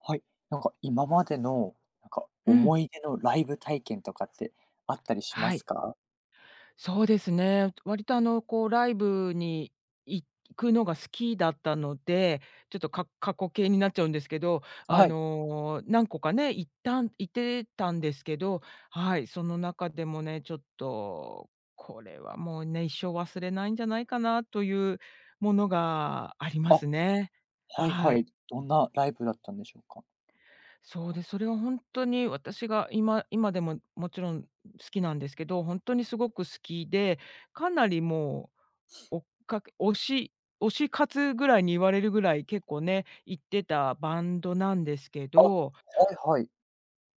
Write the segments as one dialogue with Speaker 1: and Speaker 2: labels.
Speaker 1: はい。今までの、
Speaker 2: うん、
Speaker 1: 思い出のライブ体験とかってあったりしま
Speaker 2: は
Speaker 1: す
Speaker 2: い、
Speaker 1: か？
Speaker 2: そうですね。割とあの、こうライブに行くのが好きだったので、ちょっとか過去形になっちゃうんですけど、あ
Speaker 1: はい。
Speaker 2: の、何個かね、行ってたんですけど、はい、その中でもね、ちょっと、これはもうね、一生忘れないんじゃないかなというものがありま
Speaker 1: あ、
Speaker 2: すね。
Speaker 1: はいは
Speaker 2: はい。
Speaker 1: い。どんなライブだったんでしょうか？
Speaker 2: そうです。それは本当に私が今でももちろん好きなんですけど、本当にすごく好きで、かなりもう追っかけ推し活ぐらいに言われるぐらい、結構ね、行ってたバンドなんですけ
Speaker 1: あ、は
Speaker 2: ど、
Speaker 1: いはい。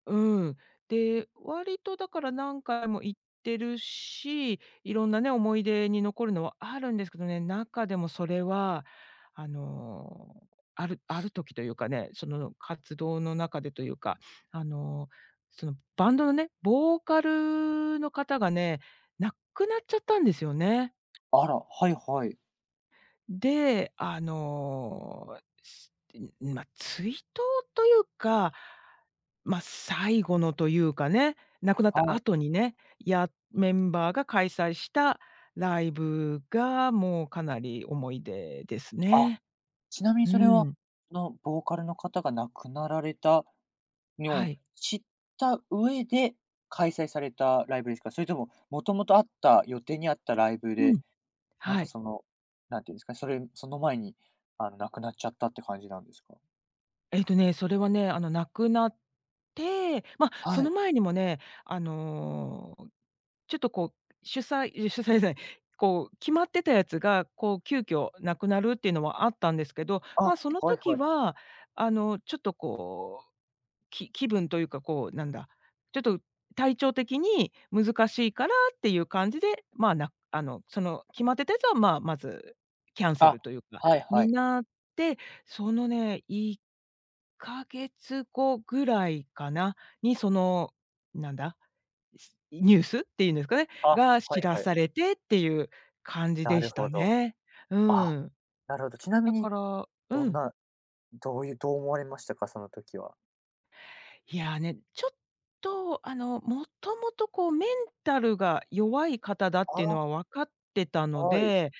Speaker 2: うん。で、割とだから何回も行ってるし、いろんなね、思い出に残るのはあるんですけどね、中でもそれは、あの、ある時というかね、その活動の中でというか、あの、そのバンドのね、ボーカルの方がね、亡くなっちゃったんですよね。
Speaker 1: あら、はいはい。
Speaker 2: で、あの、追悼というか、最後のというかね、亡くなっ
Speaker 1: は
Speaker 2: た
Speaker 1: い。
Speaker 2: 後にね、メンバーが開催したライブが、もうかなり思い出です
Speaker 1: あ、
Speaker 2: ね。
Speaker 1: ちなみに
Speaker 2: う
Speaker 1: それは、
Speaker 2: ん。
Speaker 1: そのボーカルの方が亡くなられたの
Speaker 2: は
Speaker 1: を
Speaker 2: い。
Speaker 1: 知った上で開催されたライブですか？それとも、もともとあった予定にあったライブ
Speaker 2: う
Speaker 1: で、
Speaker 2: ん、
Speaker 1: なん
Speaker 2: は
Speaker 1: か
Speaker 2: い。
Speaker 1: その、なんていうんですかね、それその前に、亡くなっちゃったって感じなんですか？
Speaker 2: えっとね、それはね、あの、亡くなって、まあ、そ
Speaker 1: は
Speaker 2: の
Speaker 1: い。
Speaker 2: 前にもね、あの、ちょっとこう、主催 主催じゃない、こう、決まってたやつが、こう、急遽なくなるっていうのはあったんですけど、
Speaker 1: あ、
Speaker 2: まあ、その
Speaker 1: はい
Speaker 2: 時
Speaker 1: はい。
Speaker 2: は、あの、ちょっとこう気分というか、こう、なんだ、ちょっと体調的に難しいからっていう感じで、まあ、あの、その決まってたやつは、まあ、まずキャンセ
Speaker 1: あ、
Speaker 2: ルというか、
Speaker 1: はいは
Speaker 2: に
Speaker 1: い。
Speaker 2: なって、そのね、1ヶ月後ぐらいかな、にその、なんだ、ニュースっていうんですかね、
Speaker 1: あ、
Speaker 2: が
Speaker 1: は
Speaker 2: 知
Speaker 1: い
Speaker 2: ら
Speaker 1: はい。
Speaker 2: されてっていう感じ
Speaker 1: な
Speaker 2: で
Speaker 1: る
Speaker 2: し
Speaker 1: ほ
Speaker 2: た
Speaker 1: ど。
Speaker 2: ね。う
Speaker 1: あ、
Speaker 2: ん。
Speaker 1: なるほど。ちなみ
Speaker 2: だか
Speaker 1: に、
Speaker 2: らう
Speaker 1: どん
Speaker 2: ん。
Speaker 1: などういうどう思われましたか？その時は。
Speaker 2: いや、ね、ちょっと、あの、もともとこうメンタルが弱い方だっていう
Speaker 1: あ、
Speaker 2: のは分かってたの
Speaker 1: はい。
Speaker 2: で、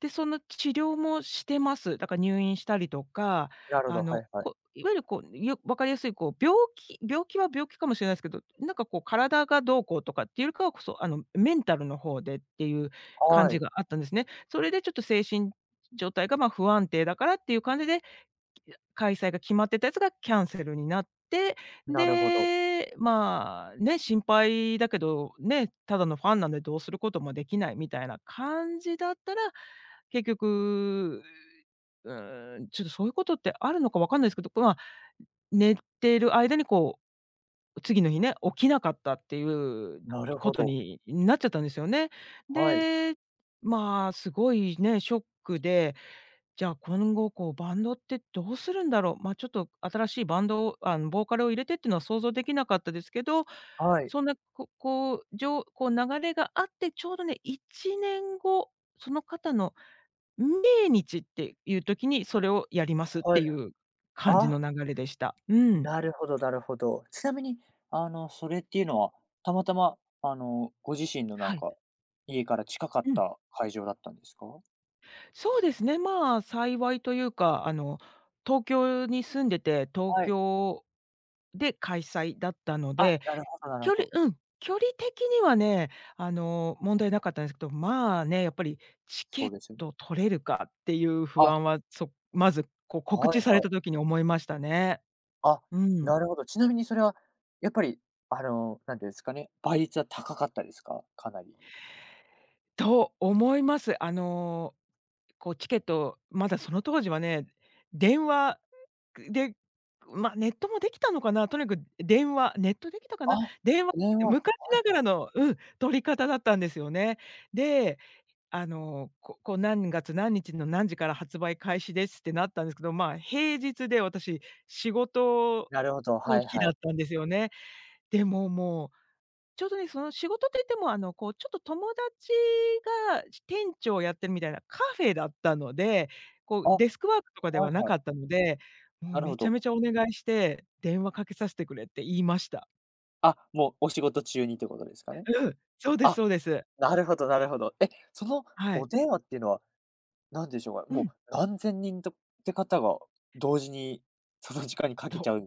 Speaker 2: で、その治療もしてます。だから入院したりとか、
Speaker 1: なるほど、
Speaker 2: あ
Speaker 1: は
Speaker 2: の、
Speaker 1: いはい。
Speaker 2: いわゆるこう、分かりやすいこう病気は病気かもしれないですけど、なんかこう体がどうこうとかっていうよりかは、あの、メンタルの方でっていう感
Speaker 1: は
Speaker 2: じ
Speaker 1: い。
Speaker 2: があったんですね。それでちょっと精神状態が、ま、不安定だからっていう感じで、開催が決まってたやつがキャンセルになって、
Speaker 1: なるほど。
Speaker 2: で、まあ、ね、心配だけど、ね、ただのファンなんでどうすることもできないみたいな感じだったら、結局、うーん、ちょっとそういうことってあるのかわかんないですけど、まあ、寝てる間にこう次の日ね、起きなかったっていう
Speaker 1: なる
Speaker 2: こ
Speaker 1: ほ
Speaker 2: と
Speaker 1: ど。
Speaker 2: になっちゃったんですよね。
Speaker 1: はい。
Speaker 2: で、まあ、すごいね、ショックで、じゃあ今後こうバンドってどうするんだろう、まあ、ちょっと新しいバンドを、あの、ボーカルを入れてっていうのは想像できなかったですけど、
Speaker 1: はい。
Speaker 2: そんな、ここう、流れがあって、ちょうどね、1年後、その方の命日っていう時にそれをやりますっ
Speaker 1: は
Speaker 2: て
Speaker 1: い。
Speaker 2: いう感じ
Speaker 1: あ、
Speaker 2: の流れでした。うん。
Speaker 1: なるほどなるほど。ちなみに、それっていうのは、たまたま、ご自身のな
Speaker 2: は
Speaker 1: ん
Speaker 2: い。
Speaker 1: か、家から近かっ
Speaker 2: うん。
Speaker 1: た会場だったんですか？
Speaker 2: そうですね、まあ、幸いというか、あの、東京に住んでて、東
Speaker 1: はい。
Speaker 2: 京で開催だったの
Speaker 1: あ、
Speaker 2: で、
Speaker 1: なるほどなるほど。
Speaker 2: うん、距離的にはね、あの、問題なかったんですけど、まあね、やっぱりチケ
Speaker 1: そう
Speaker 2: ッ
Speaker 1: ですよね。
Speaker 2: ト取れるかっていう不
Speaker 1: あ
Speaker 2: 安は、まず、こう、告
Speaker 1: は
Speaker 2: 知
Speaker 1: い
Speaker 2: され
Speaker 1: はい。
Speaker 2: た時に思いましたね。
Speaker 1: あ、
Speaker 2: うん。
Speaker 1: なるほど。ちなみにそれは、やっぱり、なんていうんですかね、倍率は高かったですか？かなり。
Speaker 2: と思います。あの、こうチケット、まだその当時はね、電話で、まあ、ネットもできたのかな、とにかく電話ネットできたかな、
Speaker 1: あ、
Speaker 2: 電話
Speaker 1: 電話、
Speaker 2: 昔
Speaker 1: はい、
Speaker 2: ながらのうん、取り方だったんですよね。で、あの、ここう何月何日の何時から発売開始ですってなったんですけど、まあ、平日で私仕事
Speaker 1: なるほど、は
Speaker 2: の
Speaker 1: い
Speaker 2: 日
Speaker 1: は
Speaker 2: だ
Speaker 1: い。
Speaker 2: ったんですよね。でももうちょうどね、その仕事といっても、あの、こう、ちょっと友達が店長をやってるみたいなカフェだったので、こう、
Speaker 1: あ、はい
Speaker 2: デスクワークとかではな
Speaker 1: は
Speaker 2: か
Speaker 1: い。
Speaker 2: ったので、もう
Speaker 1: なる
Speaker 2: め
Speaker 1: ほ
Speaker 2: ちゃ
Speaker 1: ど。
Speaker 2: めちゃお願いして、電話かけさせてくれって言いました。
Speaker 1: あ、もうお仕事中にってことですかね？
Speaker 2: うん、そうです
Speaker 1: あ、
Speaker 2: そうです。
Speaker 1: なるほどなるほど。え、その
Speaker 2: は
Speaker 1: お
Speaker 2: い。
Speaker 1: 電話っていうのは、なんでしょうか、
Speaker 2: う
Speaker 1: もう
Speaker 2: ん、
Speaker 1: 何千人とって方が同時にその時間にかけ
Speaker 2: と、
Speaker 1: ちゃうっ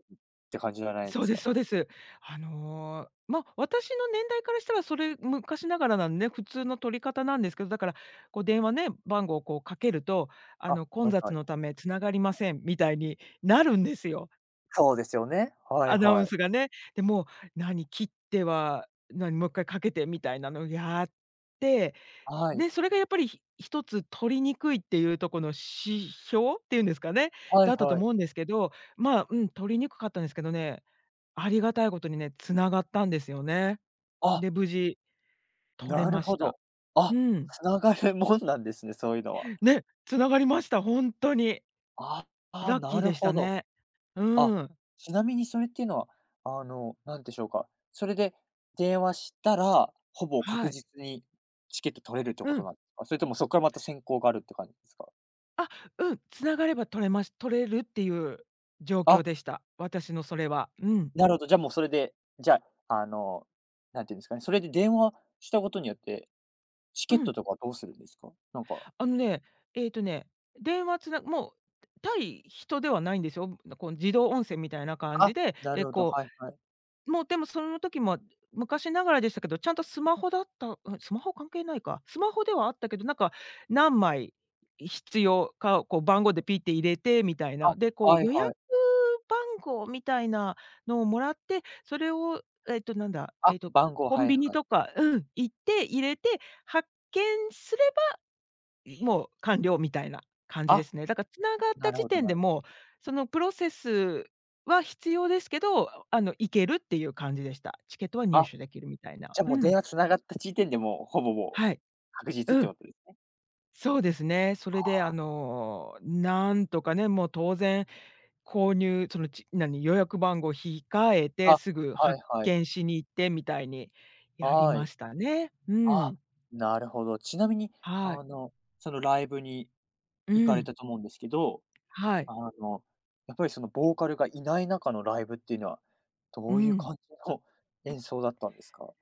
Speaker 1: て感じじゃないで
Speaker 2: そう
Speaker 1: す
Speaker 2: で
Speaker 1: か？
Speaker 2: すそうです。あの、ま、私の年代からしたらそれ昔ながらなんでね、普通の取り方なんですけど、だから、こう電話ね、番号をこうかけると、あ
Speaker 1: あ、
Speaker 2: の、混
Speaker 1: はい
Speaker 2: 雑
Speaker 1: はい。
Speaker 2: のため繋がりませんみたいになるんですよ。
Speaker 1: そうですよね。はい
Speaker 2: アナウ
Speaker 1: は
Speaker 2: ン
Speaker 1: い。
Speaker 2: スがね。で、もう、何、切っては、何、もう一回かけてみたいなのをやって、
Speaker 1: はい、
Speaker 2: で、それがやっぱり、一つ取りにくいっていうとこの指標っていうんですかね、
Speaker 1: はい
Speaker 2: だったと
Speaker 1: はい。
Speaker 2: 思うんですけど、まあ、うん、取りにくかったんですけどね、ありがたいことにね、繋がったんですよね。
Speaker 1: あ
Speaker 2: で、無事取れ
Speaker 1: なる
Speaker 2: ま
Speaker 1: ほ
Speaker 2: した。
Speaker 1: ど。あ、
Speaker 2: うん。
Speaker 1: つながるもんなんですね、そういうのは。
Speaker 2: ね、繋がりました、ほんとに。
Speaker 1: ああ、
Speaker 2: ラッキ
Speaker 1: な
Speaker 2: ー
Speaker 1: る
Speaker 2: でした
Speaker 1: ほど。
Speaker 2: ね。
Speaker 1: あ、
Speaker 2: うん。
Speaker 1: ちなみにそれっていうのは、なんでしょうか、それで電話したら、ほぼ
Speaker 2: は
Speaker 1: 確
Speaker 2: い。
Speaker 1: 実にチケット取れるって
Speaker 2: う
Speaker 1: こと
Speaker 2: ん。
Speaker 1: なんですか？それともそこからまた選考があるって感じですか？
Speaker 2: あ、うん、つながれば取れるっていう状況
Speaker 1: あ、
Speaker 2: でした。私のそれは。うん。
Speaker 1: なるほど、じゃあもうそれで、じゃあ、なんていうんですかね、それで電話したことによって、チ
Speaker 2: う
Speaker 1: ケッ
Speaker 2: ん。
Speaker 1: トとかどうするんですか？なんか
Speaker 2: あのね、えっとね、電話つなもう対人ではないんですよ。こう自動音声みたいな感じ
Speaker 1: あ、
Speaker 2: で、
Speaker 1: な
Speaker 2: で、
Speaker 1: るほど、はいはい。
Speaker 2: もう、でもその時も、昔ながらでしたけど、ちゃんとスマホだった、うん、スマホ関係ないか。スマホではあったけど、なんか何枚必要かをこう番号でピッて入れてみたい
Speaker 1: あ、
Speaker 2: な。で、こう
Speaker 1: はい
Speaker 2: 予
Speaker 1: は
Speaker 2: 約
Speaker 1: い。
Speaker 2: 番号みたいなのをもらって、それをえっとなんだ、
Speaker 1: あ、
Speaker 2: えっと
Speaker 1: 番号、
Speaker 2: コ
Speaker 1: は
Speaker 2: ン
Speaker 1: い
Speaker 2: ビニ
Speaker 1: はい。
Speaker 2: とかうん、行って入れて、発券すれいもう完了みたいな感じで
Speaker 1: あ
Speaker 2: すね。だからつながった
Speaker 1: なる
Speaker 2: 時
Speaker 1: ほど
Speaker 2: 点
Speaker 1: なる
Speaker 2: で
Speaker 1: ほど。
Speaker 2: もう、そのプロセスは必要ですけど、あの、行けるっていう感じでした。チケットは入
Speaker 1: あ、
Speaker 2: 手できるみたいな。
Speaker 1: じゃあ
Speaker 2: う
Speaker 1: もう
Speaker 2: ん。
Speaker 1: 電話繋がった時点でもう、ほぼもう
Speaker 2: はい。
Speaker 1: 確実っ
Speaker 2: う
Speaker 1: て
Speaker 2: ん。
Speaker 1: ことですね。
Speaker 2: そうですね。それで、あの、なんとかね、もう当然購入、その、予約番号控え
Speaker 1: あ、
Speaker 2: て、
Speaker 1: は
Speaker 2: すぐ発
Speaker 1: いはい。
Speaker 2: 券しに行ってみたいにやり
Speaker 1: は
Speaker 2: ま
Speaker 1: い。
Speaker 2: したね。う
Speaker 1: あ、
Speaker 2: ん。
Speaker 1: なるほど。ちなみに、
Speaker 2: はい。
Speaker 1: あの、そのライブに
Speaker 2: う
Speaker 1: 行かれ
Speaker 2: ん。
Speaker 1: たと思うんですけど、
Speaker 2: はい。
Speaker 1: あの、やっぱりそのボーカルがいない中のライブっていうのは、
Speaker 2: う
Speaker 1: どういう
Speaker 2: ん。
Speaker 1: 感じの演奏だったんですか？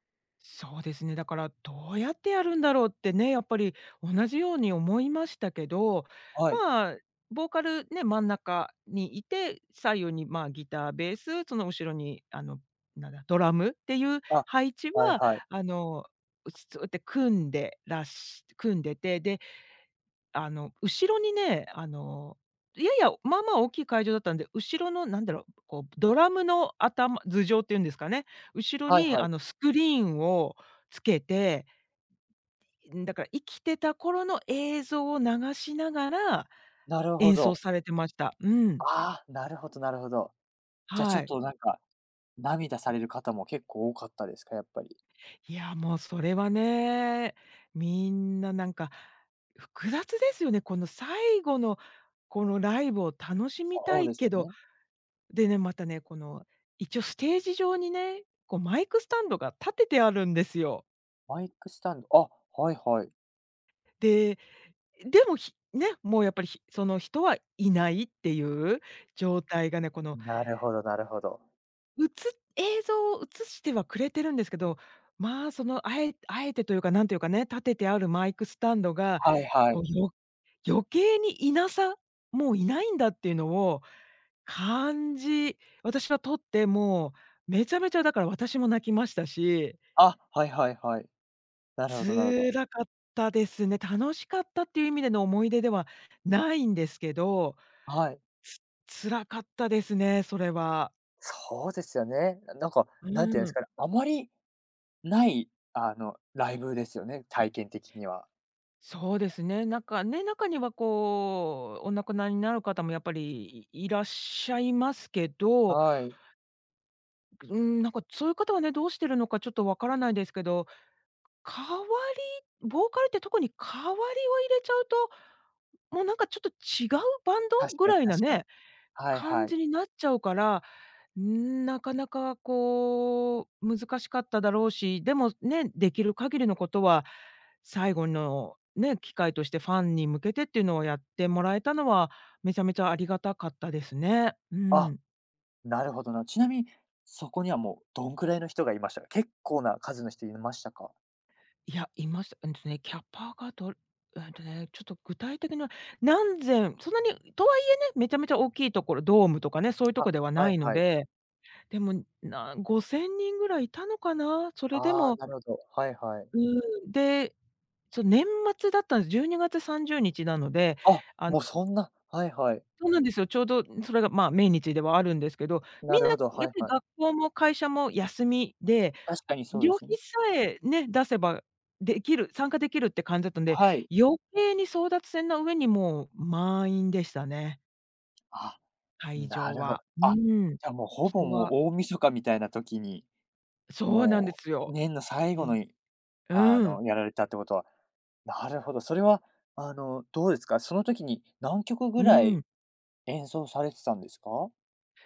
Speaker 2: そうですね、だからどうやってやるんだろうってね、やっぱり同じように思いましたけど、
Speaker 1: はい。
Speaker 2: まあ、ボーカルね、真ん中にいて、左右にまあ、ギター、ベース、その後ろにあの、なんだ、ドラムっていう
Speaker 1: あ、
Speaker 2: 配置
Speaker 1: はい
Speaker 2: は
Speaker 1: はい。
Speaker 2: あの、そうやって組んでらし組んでて、で、あの、後ろにね、あの、やや、まあまあ大きい会場だったんで、後ろのなんだろう、こうドラムの頭上っていうんですかね、後ろ
Speaker 1: はい
Speaker 2: に
Speaker 1: は
Speaker 2: あ
Speaker 1: い。
Speaker 2: のスクリーンをつけて、ん、だから生きてた頃の映像を流しながら
Speaker 1: なるほ
Speaker 2: 演奏
Speaker 1: ど。
Speaker 2: されてました。うん。
Speaker 1: ああ、なるほどなるほど。じゃあちょ
Speaker 2: は
Speaker 1: っ
Speaker 2: い。
Speaker 1: となんか、涙される方も結構多かったですか？やっぱり。
Speaker 2: いや、もうそれはね、みんななんか複雑ですよね。この最後のこのライブを楽しみた
Speaker 1: そう
Speaker 2: い
Speaker 1: です
Speaker 2: け
Speaker 1: よ
Speaker 2: ど
Speaker 1: ね。
Speaker 2: でね、またね、この、一応ステージ上にね、こうマイクスタンドが立ててあるんですよ。
Speaker 1: マイクスタンド、あ、はいはい。
Speaker 2: で、でも、もうやっぱり、その人はいないっていう状態がね、この、
Speaker 1: なるほどなるほど。
Speaker 2: うつ映像を映してはくれてるんですけど、まあ、その、あえてというか、なんというかね、立ててあるマイクスタンドが、
Speaker 1: はいは
Speaker 2: こう、
Speaker 1: い。
Speaker 2: 余計にいなさもういないんだっていうのを感じ、私は撮って、もうめちゃめちゃだから私も泣きましたし
Speaker 1: あ、はいはいはい。なるほどなるほど。
Speaker 2: 辛かったですね。楽しかったっていう意味での思い出ではないんですけど、
Speaker 1: はい。
Speaker 2: 辛かったですね、それは。
Speaker 1: そうですよね。なんか、
Speaker 2: う
Speaker 1: なんていうんです
Speaker 2: ん。
Speaker 1: かね、あまりない、ライブですよね、体験的には。
Speaker 2: そうですね。なんかね、中にはこう、お亡くなりになる方もやっぱりいらっしゃいますけど、
Speaker 1: はい。
Speaker 2: うん、なんかそういう方はね、どうしてるのかちょっとわからないですけど、代わりボーカルって特に代わりを入れちゃうと、もうなんかちょっと違うバン
Speaker 1: 確
Speaker 2: ドぐ
Speaker 1: かに
Speaker 2: らいな
Speaker 1: 確かに。
Speaker 2: ね、
Speaker 1: はい
Speaker 2: 感
Speaker 1: はい。
Speaker 2: じになっちゃうから、うーん、なかなかこう、難しかっただろうし、でもね、できる限りのことは、最後のね、機会としてファンに向けてっていうのをやってもらえたのは、めちゃめちゃありがたかったですね。う
Speaker 1: あ、
Speaker 2: ん。
Speaker 1: なるほどな。ちなみに、そこにはもうどんくらいの人がいましたか？結構な数の人いましたか？
Speaker 2: いや、いました。うんとね、キャパがどれうんとね、ちょっと具体的には何千そんなにとはいえね、めちゃめちゃ大きいところ、ドームとかね、そういうと
Speaker 1: あ、
Speaker 2: こでは
Speaker 1: は
Speaker 2: な
Speaker 1: い
Speaker 2: いの
Speaker 1: はい。
Speaker 2: で、でも、5千人ぐらいいたのかな？それで
Speaker 1: ああ、
Speaker 2: も
Speaker 1: なるほど。はいはい。
Speaker 2: うん、で、そう、年末だったんです。12月30日なので、
Speaker 1: あ、
Speaker 2: あ、
Speaker 1: もうそんな、はいはい。
Speaker 2: そうなんですよ。ちょうどそれが、まあ、命日ではあるんですけど、
Speaker 1: な
Speaker 2: みんな
Speaker 1: るほど、
Speaker 2: や
Speaker 1: は
Speaker 2: っ
Speaker 1: い
Speaker 2: ぱり
Speaker 1: はい。
Speaker 2: 学校も会社も休みで、
Speaker 1: 確かにそうで
Speaker 2: 旅
Speaker 1: すよ
Speaker 2: 費
Speaker 1: ね。
Speaker 2: さえね、出せばできる参加できるって感じだったんで、
Speaker 1: はい。
Speaker 2: 余計に争奪戦な上にもう満員でしたね、
Speaker 1: あ、
Speaker 2: 会
Speaker 1: な
Speaker 2: 場
Speaker 1: るほど。
Speaker 2: は。う
Speaker 1: あ、
Speaker 2: ん。
Speaker 1: じゃあもうほぼ
Speaker 2: 人
Speaker 1: もう
Speaker 2: は
Speaker 1: 大晦日みたいな時に、
Speaker 2: そうなんで
Speaker 1: も
Speaker 2: す
Speaker 1: う
Speaker 2: よ。
Speaker 1: 年の最後の
Speaker 2: え、
Speaker 1: い
Speaker 2: うん、
Speaker 1: やられたってことは、なるほど、それはどうですか？その時に何曲
Speaker 2: う
Speaker 1: ぐらい
Speaker 2: ん。
Speaker 1: 演奏されてたんですか？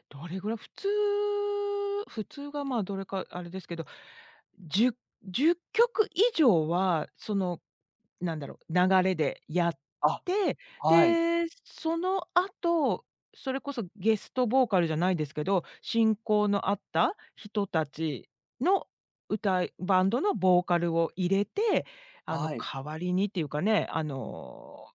Speaker 2: どれぐらい、普通が、まあ、どれかあれですけど、10曲以上は、その、なんだろう、流れでやっ
Speaker 1: あ、
Speaker 2: て、
Speaker 1: はい、
Speaker 2: で、その後、それこそゲストボーカルじゃないですけど、親交のあった人たちのバンドのボーカルを入れて、あの、
Speaker 1: はい。
Speaker 2: 代わりにっていうかね、あの、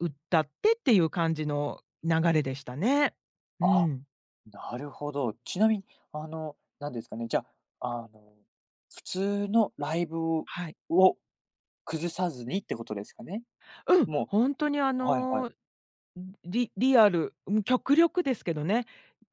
Speaker 2: 歌ってっていう感じの流れでしたね。う
Speaker 1: あ、
Speaker 2: ん、
Speaker 1: なるほど。ちなみになんですかね、じゃあ、普通のライブを
Speaker 2: はい。
Speaker 1: 崩さずにってことですかね？
Speaker 2: うん、
Speaker 1: も
Speaker 2: ほんとにあ
Speaker 1: うはいはい。
Speaker 2: の、リリアル、うん、極力ですけどね、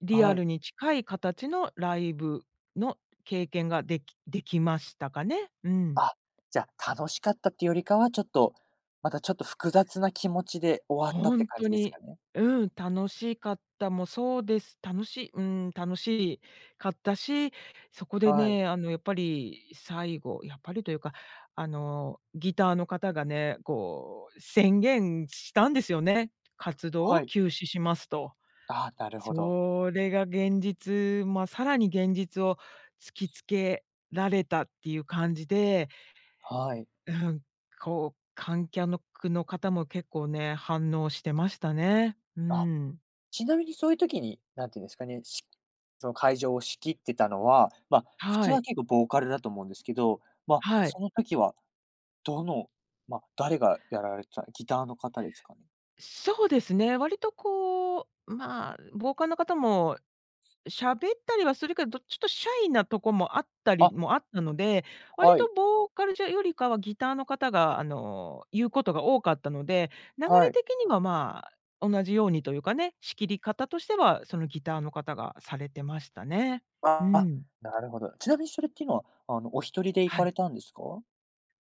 Speaker 2: リ
Speaker 1: は
Speaker 2: ア
Speaker 1: い。
Speaker 2: ルに近い形のライブの経験ができましたかね。うん。
Speaker 1: あ、じゃあ、楽しかったっていうよりかは、ちょっと、またちょっと複雑な気持ちで終わった
Speaker 2: ほ
Speaker 1: って
Speaker 2: ん
Speaker 1: 感
Speaker 2: と
Speaker 1: じです
Speaker 2: に、
Speaker 1: かね？
Speaker 2: うん、楽しかったもそうです。楽しい、うん、楽しかったし、そこで
Speaker 1: はい。
Speaker 2: ね、あのやっぱり最後、やっぱりというか、あのギターの方がね、こう宣言したんですよね。活動
Speaker 1: は
Speaker 2: を
Speaker 1: い。
Speaker 2: 休止しますと。
Speaker 1: あなるほど。
Speaker 2: それが現実、まあ、さらに現実を突きつけられたっていう感じで、
Speaker 1: はい。
Speaker 2: うん、こう、観客の方も結構ね、反応してましたね。う
Speaker 1: あ、
Speaker 2: ん。
Speaker 1: ちなみにそういう時に、なんていうんですかね、しその会場を仕切ってたのは、まあ、普通
Speaker 2: は
Speaker 1: は
Speaker 2: い、
Speaker 1: 結構ボーカルだと思うんですけど、まあ、
Speaker 2: はい。
Speaker 1: その時はどの、まあ、誰がやられてたギターの方ですかね？
Speaker 2: そうですね、割とこう、まあ、傍観の方も喋ったりはするけど、ちょっとシャイなとこもあったり
Speaker 1: あ、
Speaker 2: もあったので、割
Speaker 1: は
Speaker 2: と
Speaker 1: い。
Speaker 2: ボーカルじゃよりかはギターの方が、あの、言うことが多かったので、流れ
Speaker 1: はい。
Speaker 2: 的には、まあ、同じようにというかね、仕切り方としては、そのギターの方がされてましたね。う
Speaker 1: あ、
Speaker 2: ん。
Speaker 1: なるほど。ちなみにそれっていうのは、お一人で行
Speaker 2: は
Speaker 1: か
Speaker 2: い。
Speaker 1: れたんですか？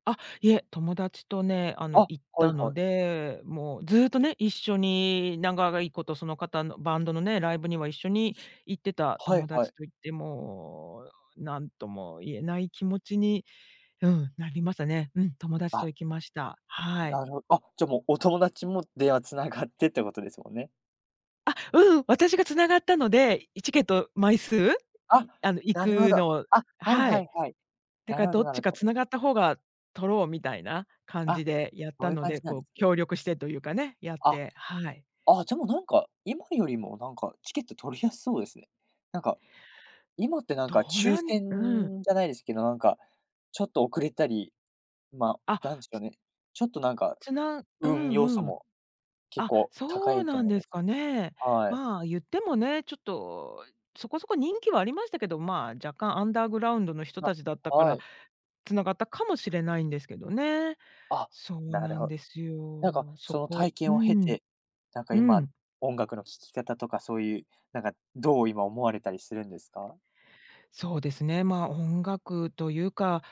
Speaker 2: あ、いえ、友達とね、あの、
Speaker 1: あ、
Speaker 2: 行っ
Speaker 1: は
Speaker 2: た
Speaker 1: い
Speaker 2: の
Speaker 1: はい。
Speaker 2: で、もうずっとね、一緒に長いことその方のバンドのね、ライブには一緒に行ってた
Speaker 1: は
Speaker 2: 友
Speaker 1: いは
Speaker 2: 達
Speaker 1: い。
Speaker 2: と行って、もう何とも言えない気持ちに、うん、なりましたね。うん、友達と
Speaker 1: あ、
Speaker 2: 行きました。はい。
Speaker 1: なるほど、あ、じゃ、もうお友達も電話繋がってってことですもんね。
Speaker 2: あ、うん、私が繋がったので、チケット枚数、
Speaker 1: あ、
Speaker 2: あの、行
Speaker 1: な
Speaker 2: く
Speaker 1: るほど。
Speaker 2: のを
Speaker 1: あ、はい
Speaker 2: は
Speaker 1: は
Speaker 2: い。
Speaker 1: いはい。
Speaker 2: だ
Speaker 1: な
Speaker 2: から
Speaker 1: るほ
Speaker 2: ど
Speaker 1: ど
Speaker 2: っ
Speaker 1: な
Speaker 2: ち
Speaker 1: る
Speaker 2: か
Speaker 1: ほど。
Speaker 2: 繋がった方が取ろうみたいな感
Speaker 1: あ、
Speaker 2: じでやっ
Speaker 1: そう
Speaker 2: た
Speaker 1: いう
Speaker 2: の
Speaker 1: 感じ
Speaker 2: で、
Speaker 1: なん
Speaker 2: こ
Speaker 1: です。
Speaker 2: う協力してというかね、やっ
Speaker 1: あ、
Speaker 2: て、はい。
Speaker 1: あ、じゃ、もうなんか、今よりもなんかチケット取りやすそうですね。なんか、今ってなんか
Speaker 2: どう
Speaker 1: 抽
Speaker 2: なん、うん。
Speaker 1: 選じゃないですけど、なんか、ちょっと遅れたり、まあ、なん
Speaker 2: あ、
Speaker 1: でしょうね、ちょっとなんか、
Speaker 2: う
Speaker 1: 運要素
Speaker 2: ん、うん。
Speaker 1: も結
Speaker 2: あ、
Speaker 1: 構高
Speaker 2: そう
Speaker 1: いと
Speaker 2: なん
Speaker 1: 思うん
Speaker 2: で
Speaker 1: で
Speaker 2: す
Speaker 1: す
Speaker 2: か
Speaker 1: け
Speaker 2: ね。
Speaker 1: ど。はい。
Speaker 2: まあ、言ってもね、ちょっとそこそこ人気はありましたけど、まあ、若干アンダーグラウンドの人
Speaker 1: あ、
Speaker 2: たちだったか
Speaker 1: は
Speaker 2: ら、
Speaker 1: い。
Speaker 2: 繋がったかもしれないんですけどね。
Speaker 1: あ、
Speaker 2: そう
Speaker 1: なる
Speaker 2: なん
Speaker 1: ほど
Speaker 2: です
Speaker 1: なんか、
Speaker 2: よ。そ
Speaker 1: その
Speaker 2: こ、
Speaker 1: 体
Speaker 2: う
Speaker 1: 験を経
Speaker 2: ん、
Speaker 1: て、なんか
Speaker 2: う
Speaker 1: 今、
Speaker 2: ん。
Speaker 1: 音楽の聴き方とかそういう、なんか、どう今思われたりするんですか？
Speaker 2: そうですね、まあ、音楽というか、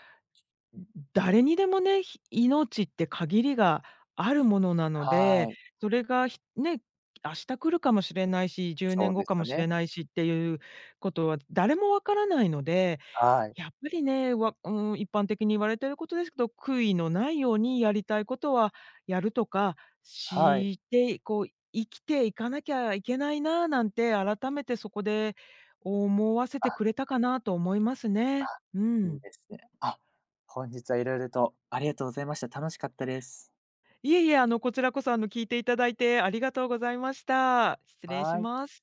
Speaker 2: 誰にでもね、命って限りがあるものなの
Speaker 1: は
Speaker 2: で、
Speaker 1: い。
Speaker 2: それが、明日来るかもしれないし、10年
Speaker 1: そう
Speaker 2: 後
Speaker 1: で
Speaker 2: か
Speaker 1: す
Speaker 2: も
Speaker 1: よ
Speaker 2: しれ
Speaker 1: ね。
Speaker 2: ないしっていうことは誰もわからないので、
Speaker 1: はい。
Speaker 2: やっぱりね、うーん、一般的に言われてることですけど、悔いのないようにやりたいことはやるとか、
Speaker 1: はい。
Speaker 2: して、こう、生きていかなきゃいけないななんて改めてそこで思わせてく
Speaker 1: あ、
Speaker 2: れたかなと思います
Speaker 1: あ、
Speaker 2: ね。う
Speaker 1: いい
Speaker 2: ん。
Speaker 1: ですね。あ、本日はいろいろとありがとうございました。楽しかったです。
Speaker 2: いえいえ、あの、こちらこそ、あの、聞いていただいてありがとうございました。失礼し
Speaker 1: はい。
Speaker 2: ます。